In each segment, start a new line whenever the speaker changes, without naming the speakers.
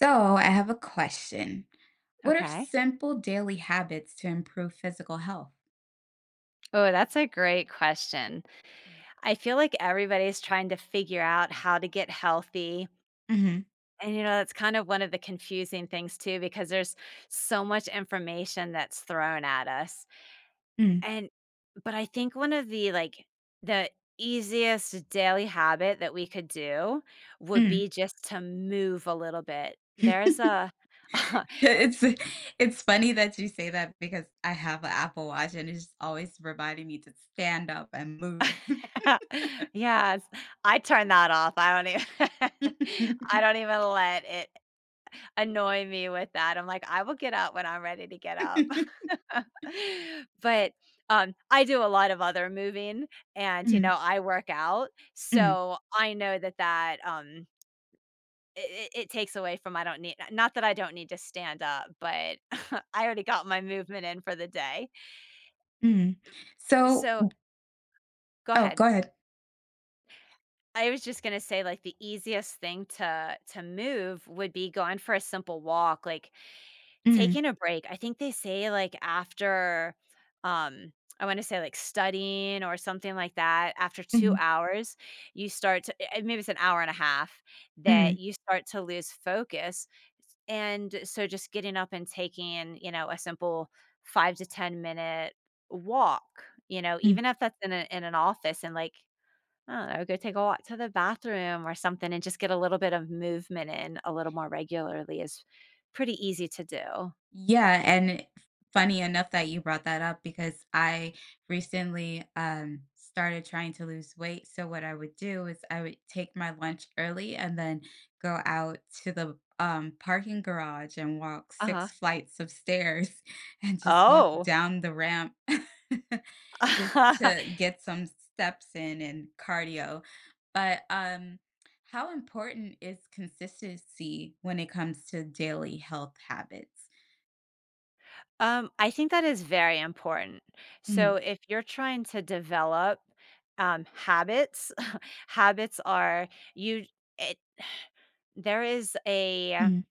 So, I have a question. What are
Okay.
simple daily habits to improve physical health?
Oh, that's a great question. I feel like everybody's trying to figure out how to get healthy.
Hmm.
And, you know, that's kind of one of the confusing things, too, because there's so much information that's thrown at us.
Mm,
And, but I think one of the easiest daily habit that we could do would
mm.
be just to move a little bit.
it's it's funny that you say that because I have an Apple Watch and it's always reminding me to stand up and move.
Yes, I turn that off. I don't even, I don't even let it annoy me with that. I'm like, "I will get up when I'm ready to get up." But, I do a lot of other moving and, you
Mm,
know, I work out,
mm,
so I know that, it takes away from I don't need, not that I don't need to stand up, but I already got my movement in for the day.
mm. So,
So go
oh,
ahead.
go ahead.
I was just gonna say, like, the easiest thing to move would be going for a simple walk, like,
Mm,
taking a break, I think they say, like, after, um, I wanna say, like, studying or something like that, after 2
mm,
hours, you start to maybe it's an hour and a half,
mm,
that you start to lose focus, and so just getting up and taking, you know, a simple 5 to 10 minute walk, you know,
mm.
even if that's in an office and, like, I don't know, go take a walk to the bathroom or something and just get a little bit of movement in a little more regularly is pretty easy to do.
Yeah, and funny enough that you brought that up because I recently started trying to lose weight. So what I would do is I would take my lunch early and then go out to the parking garage and walk six
Uh-huh.
flights of stairs and just walk
Oh.
down the ramp just to get some steps in and cardio. But how important is consistency when it comes to daily health habits?
I think that is very important.
Mhm,
So if you're trying to develop, habits, habits are you it there is a
mhm,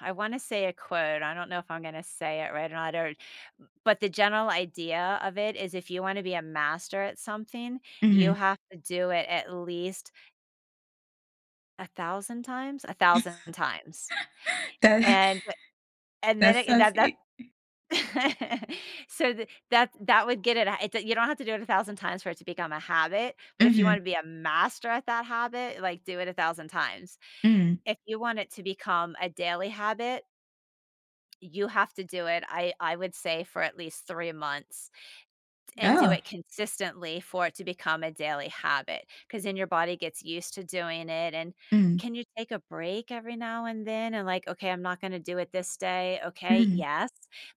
I wanna say a quote, I don't know if I'm gonna say it right or not, or but the general idea of it is if you wanna be a master at something,
mhm.
you have to do it at least 1,000 times? 1,000 times.
That
And and then
that's
it
sounds
that that
e
So, th that that would get it it's you don't have to do it 1,000 times for it to become a habit, but if you
mhm,
wanna be a master at that habit, like, do it 1,000 times.
mm,
If you want it to become a daily habit, you have to do it, I would say, for at least 3 months. And do
yeah,
it consistently for it to become a daily habit, because then your body gets used to doing it, and
mm,
can you take a break every now and then and, like, "Okay, I'm not gonna do it this day." "Okay,
mm,
yes,"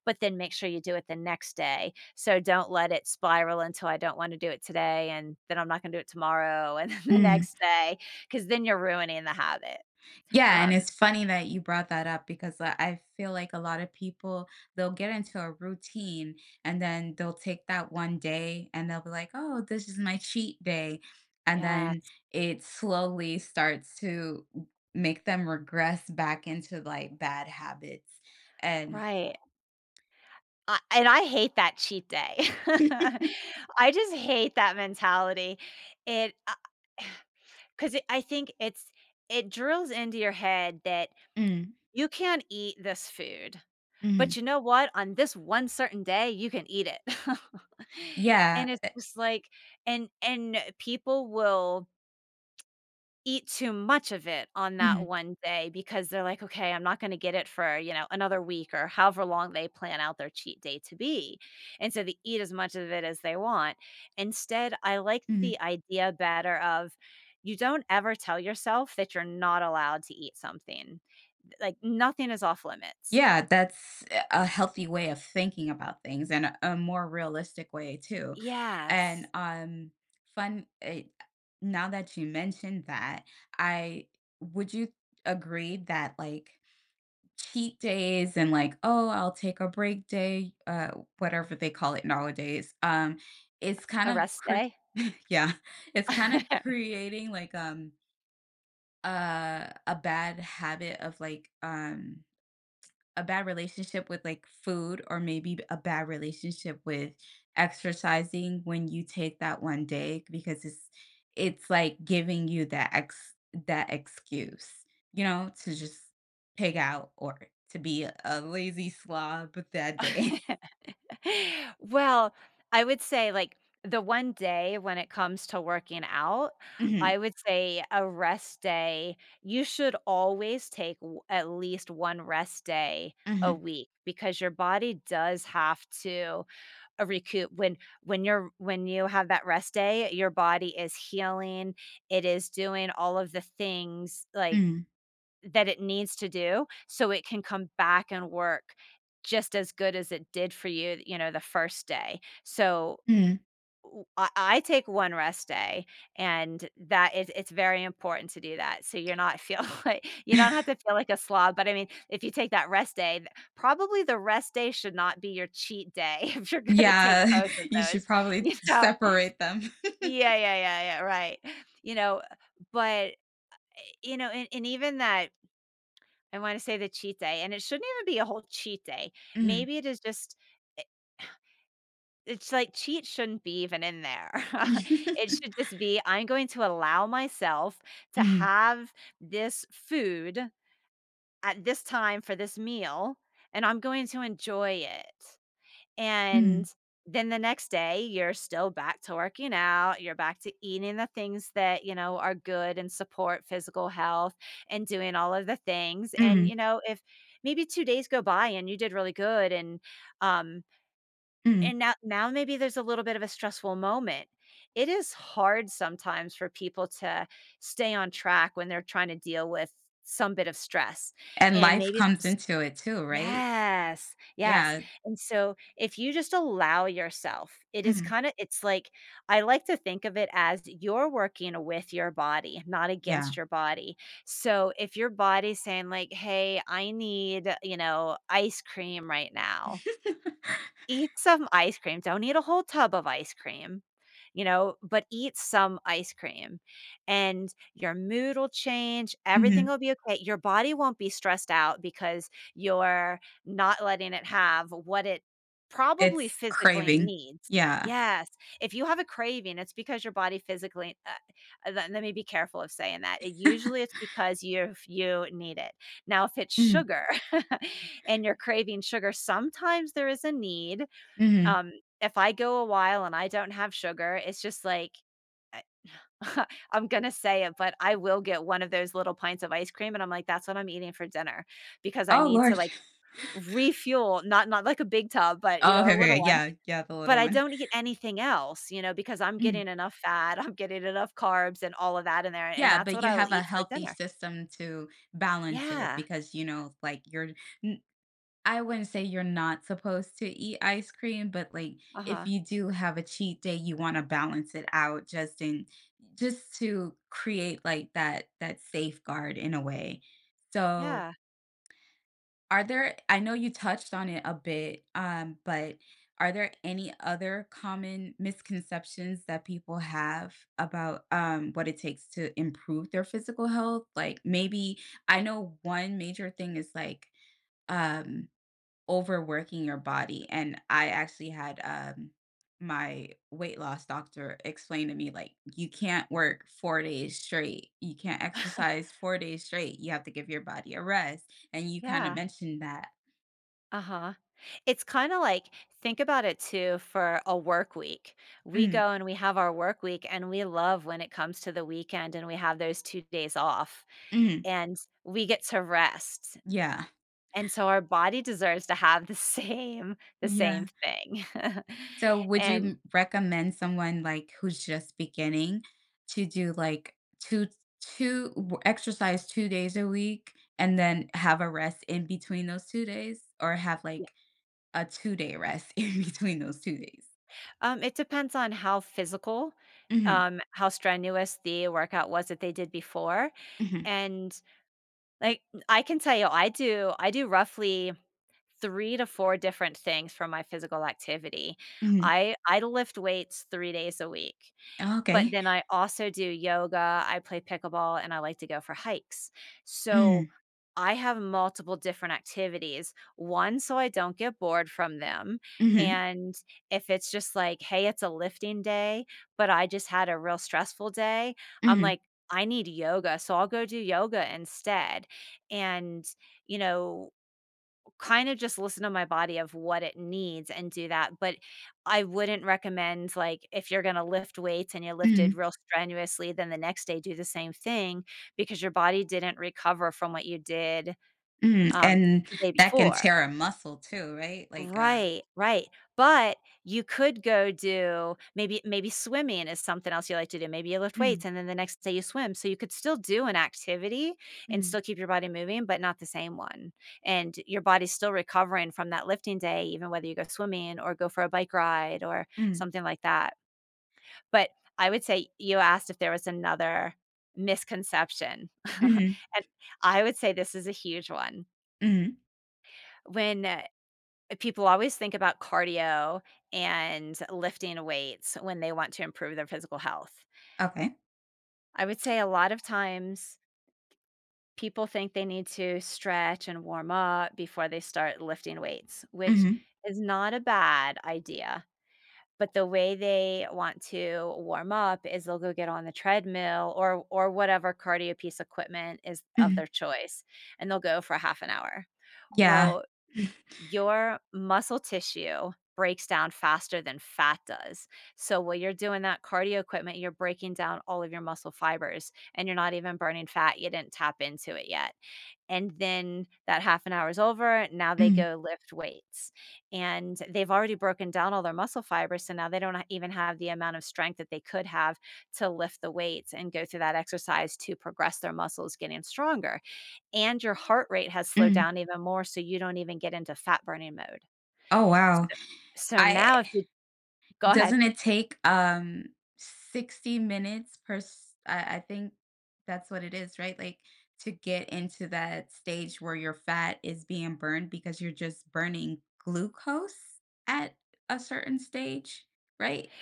but then make sure you do it the next day, so don't let it spiral until I don't wanna do it today, and then I'm not gonna do it tomorrow, and then the
mm.
next day, because then you're ruining the habit.
Yeah, and
Um,
it's funny that you brought that up because, I feel like a lot of people, they'll get into a routine, and then they'll take that one day, and they'll be like, "Oh, this is my cheat day," and then
yes,
it slowly starts to make them regress back into, like, bad habits, and
right. I and I hate that cheat day. I just hate that mentality. It because I think it drills into your head that
Mm,
you can't eat this food,
mhm.
but you know what? On this one certain day, you can eat it.
Yeah,
And it's just like and people will eat too much of it on that
mhm,
one day because they're like, "Okay, I'm not gonna get it for, you know, another week," or however long they plan out their cheat day to be, and so they eat as much of it as they want. Instead, I like the
mhm.
idea better of you don't ever tell yourself that you're not allowed to eat something. Like, nothing is off limits.
Yeah, that's a healthy way of thinking about things and a more realistic way too. And
Yes.
fun it, now that you mentioned that, I would you agree that like cheat days and like, oh, I'll take a break day, whatever they call it nowadays. It's kind
A
of
rest
cre-
day?
yeah, it's kind of creating like a bad habit of like a bad relationship with like food or maybe a bad relationship with exercising when you take that one day because it's like giving you that ex that excuse to just pig out or to be a lazy slob that day.
Well, I would say, like, the one day when it comes to working out,
Hmm.
I would say a rest day you should always take w at least 1 rest day a
Hmm.
week because your body does have to, recoup. When you have that rest day, your body is healing, it is doing all of the things, like
Hmm.
that it needs to do so it can come back and work just as good as it did for you, you know, the first day. So,
Hmm.
w I take 1 rest day, and that is it's very important to do that, so you're not feel like you don't have to feel like a slob, but I mean, if you take that rest day, th probably the rest day should not be your cheat day if you're gonna take
Yeah.
both of
You should
those,
probably
you know?
separate them.
Yeah, yeah, yeah, yeah, right. You know, but, you know, and even that I wanna say the cheat day, and it shouldn't even be a whole cheat day.
Mhm.
Maybe it is just, I it's like, cheat shouldn't be even in there. It should just be, "I'm going to allow myself to
Mhm.
have this food at this time for this meal, and I'm going to enjoy it." And
Mhm.
then the next day, you're still back to working out. You're back to eating the things that, you know, are good and support physical health and doing all of the things. And,
Mhm.
you know, if maybe 2 days go by and you did really good um
Mhm.
and now maybe there's a little bit of a stressful moment. It is hard sometimes for people to stay on track when they're trying to deal with some bit of stress.
And
And
life
maybe it's
comes
just.
into it too, right?
Yes, yes,
Yeah.
and so if you just allow yourself, it is
Mhm.
kinda it's like I like to think of it as you're working with your body, not
Yeah.
against your body. So if your body's saying like, "Hey, I need, you know, ice cream right now," eat some ice cream, don't eat a whole tub of ice cream, you know, but eat some ice cream, and your mood will change, everything
Mhm.
will be okay, your body won't be stressed out because you're not letting it have what it probably
It's
physically
craving.
needs.
Yeah.
Yes, if you have a craving, it's because your body physically let me be careful of saying that, it usually it's because you need it. Now if it's
Mhm.
sugar, and you're craving sugar, sometimes there is a need.
Mhm.
Um, if I go a while and I don't have sugar, it's just like I I'm gonna say it, but I will get one of those little pints of ice cream, and I'm like, "That's what I'm eating for dinner," because I
Oh,
need to,
lord.
like, refuel, not like a big tub, but, you
Oh,
know,
okay,
a
okay,
little one.
yeah, yeah, the
But
little
I
one.
don't eat anything else, you know, because I'm
Mhm.
getting enough fat, I'm getting enough carbs and all of that in there, and
Yeah,
that's
but
what
you
I will
have a
eat for
healthy
dinner.
system to balance it
Yeah.
because, like, you're n I wouldn't say you're not supposed to eat ice cream, but, like, if
Uh-huh.
you do have a cheat day, you wanna balance it out just to create, like, that safeguard in a way. So,
Yeah.
Are there I know you touched on it a bit, but are there any other common misconceptions that people have about, what it takes to improve their physical health? Like, maybe I know one major thing is, like, um, overworking your body, and I actually had, my weight loss doctor explain to me, like, "You can't work 4 days straight. You can't exercise 4 days straight. You have to give your body a rest," and you kinda
Yeah.
mentioned that.
Uh-huh. It's kinda like think about it too for a work week. We
Mm,
go and we have our work week, and we love when it comes to the weekend and we have those 2 days off,
mhm,
and we get to rest,
yeah,
and so our body deserves to have the same
yeah.
thing.
So would you
And
m recommend someone, like, who's just beginning to do, like, 2 2 w exercise 2 days a week and then have a rest in between those 2 days? Or have,
yeah,
like, a two-day rest in between those 2 days?
it depends on how physical,
Mhm,
how strenuous the workout was that they did before,
mhm,
and, like, I can tell you, I do roughly 3 to 4 different things for my physical activity.
mhm.
I lift weights 3 days a week, but
Okay.
then I also do yoga, I play pickleball, and I like to go for hikes.
Mm,
So, I have multiple different activities, one, so I don't get bored from them,
mhm,
and if it's just like, "Hey, it's a lifting day, but I just had a real stressful day," I'm
mhm,
like, "I need yoga, so I'll go do yoga instead." And, you know, kind of just listen to my body of what it needs and do that, but I wouldn't recommend, like, if you're gonna lift weights and you lifted
mhm,
real strenuously, then the next day do the same thing because your body didn't recover from what you did,
mhm,
um,
and
the day
that can
before.
tear a muscle too, right? Like,
Right, right, but you could go do maybe swimming is something else you like to do, maybe you lift
mm,
weights and then the next day you swim, so you could still do an activity and
mm,
still keep your body moving, but not the same one, and your body's still recovering from that lifting day even whether you go swimming or go for a bike ride or
mm,
something like that, but I would say you asked if there was another misconception,
mhm,
and I would say this is a huge one.
mhm.
When, people always think about cardio and lifting weights when they want to improve their physical health.
Okay.
I would say a lot of times people think they need to stretch and warm up before they start lifting weights, which
Mhm.
is not a bad idea. But the way they want to warm up is they'll go get on the treadmill or whatever cardio piece equipment is of
Mhm.
their choice, and they'll go for half an hour.
Yeah.
Well, your muscle tissue breaks down faster than fat does. So while you're doing that cardio equipment, you're breaking down all of your muscle fibers and you're not even burning fat. You didn't tap into it yet. And then that half an hour's over. Now they
Mm,
go lift weights and they've already broken down all their muscle fibers. So now they don't even have the amount of strength that they could have to lift the weights and go through that exercise to progress their muscles getting stronger, and your heart rate has slowed
mm.
down even more, so you don't even get into fat burning mode.
Oh,
So
wow.
so
I
now if you go ahead.
doesn't it take, 60 minutes per s I think that's what it is, right? Like, to get into that stage where your fat is being burned because you're just burning glucose at a certain stage, right?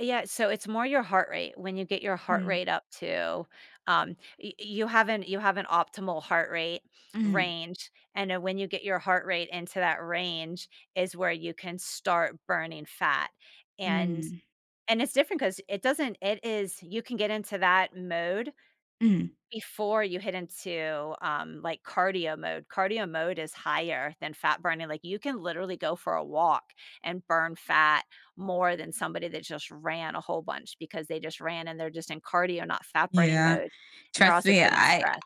Yeah, so it's more your heart rate. When you get your heart
Mm,
rate up to, um, y you have not you have an optimal heart rate
mm,
range, and then when you get your heart rate into that range is where you can start burning fat, and
mm,
it's different because it doesn't it is you can get into that mode
mm.
before you hit into, like, cardio mode. Cardio mode is higher than fat burning. Like, you can literally go for a walk and burn fat more than somebody that just ran a whole bunch because they just ran and they're just in cardio, not fat burning
Yeah.
mode, and they're
Trust
also
me,
putting
I
stress.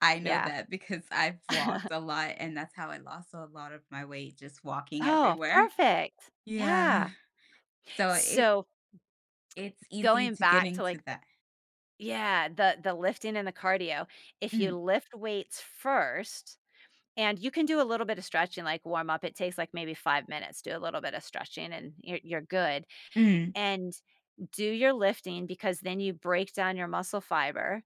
I know
Yeah.
that because I've walked a lot, and that's how I lost a lot of my weight, just walking
Oh,
everywhere.
perfect.
Yeah.
Yeah.
So it
So,
it's easy
going
to get
back to,
into
like,
that.
the lifting and the cardio, if you
Mm,
lift weights first. And you can do a little bit of stretching, like warm up. It takes like maybe 5 minutes. Do a little bit of stretching and you're good.
mm,
And do your lifting, because then you break down your muscle fiber,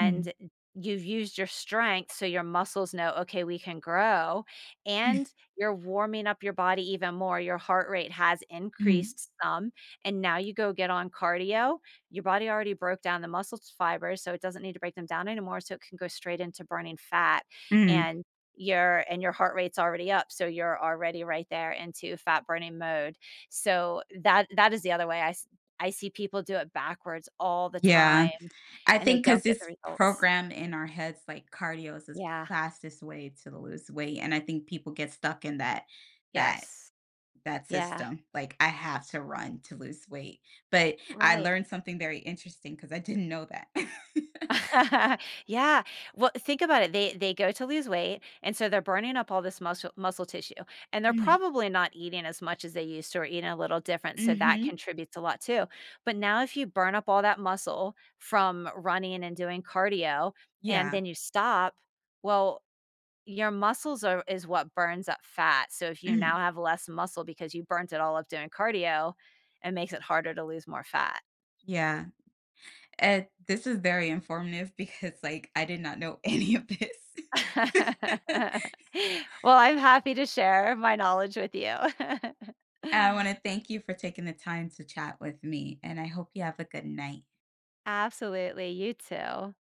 mm,
you've used your strength, so your muscles know, okay, we can grow.
mm,
And you're warming up your body even more. Your heart rate has
mm,
increased some. And now you go get on cardio. Your body already broke down the muscle fibers, so it doesn't need to break them down anymore. So it can go straight into burning fat.
mm.
And and your heart rate's already up, so you're already right there into fat burning mode, so that is the other way. I see people do it backwards all the
Yeah.
time
I
and they
think
don't
because
get the
it's
results.
programmed in our heads, like, cardio is the
Yeah.
fastest way to lose weight, and I think people get stuck in that that
Yes.
that
Yeah.
system, like, "I have to run to lose weight," but I
Right.
learned something very interesting because I didn't know that.
Yeah. Well, think about it. They go to lose weight, and so they're burning up all this muscle tissue, and they're
Mm.
probably not eating as much as they used to, or eating a little different, so that
Mhm.
contributes a lot too. But now if you burn up all that muscle from running and doing cardio, and
Yeah.
then you stop, well, your muscles are is what burns up fat, so if you now
Mhm.
have less muscle because you burnt it all up doing cardio, it makes it harder to lose more fat.
Yeah. Uh, this is very informative because, like, I did not know any of this.
Well, I'm happy to share my knowledge with you.
I wanna thank you for taking the time to chat with me, and I hope you have a good night.
Absolutely, you too.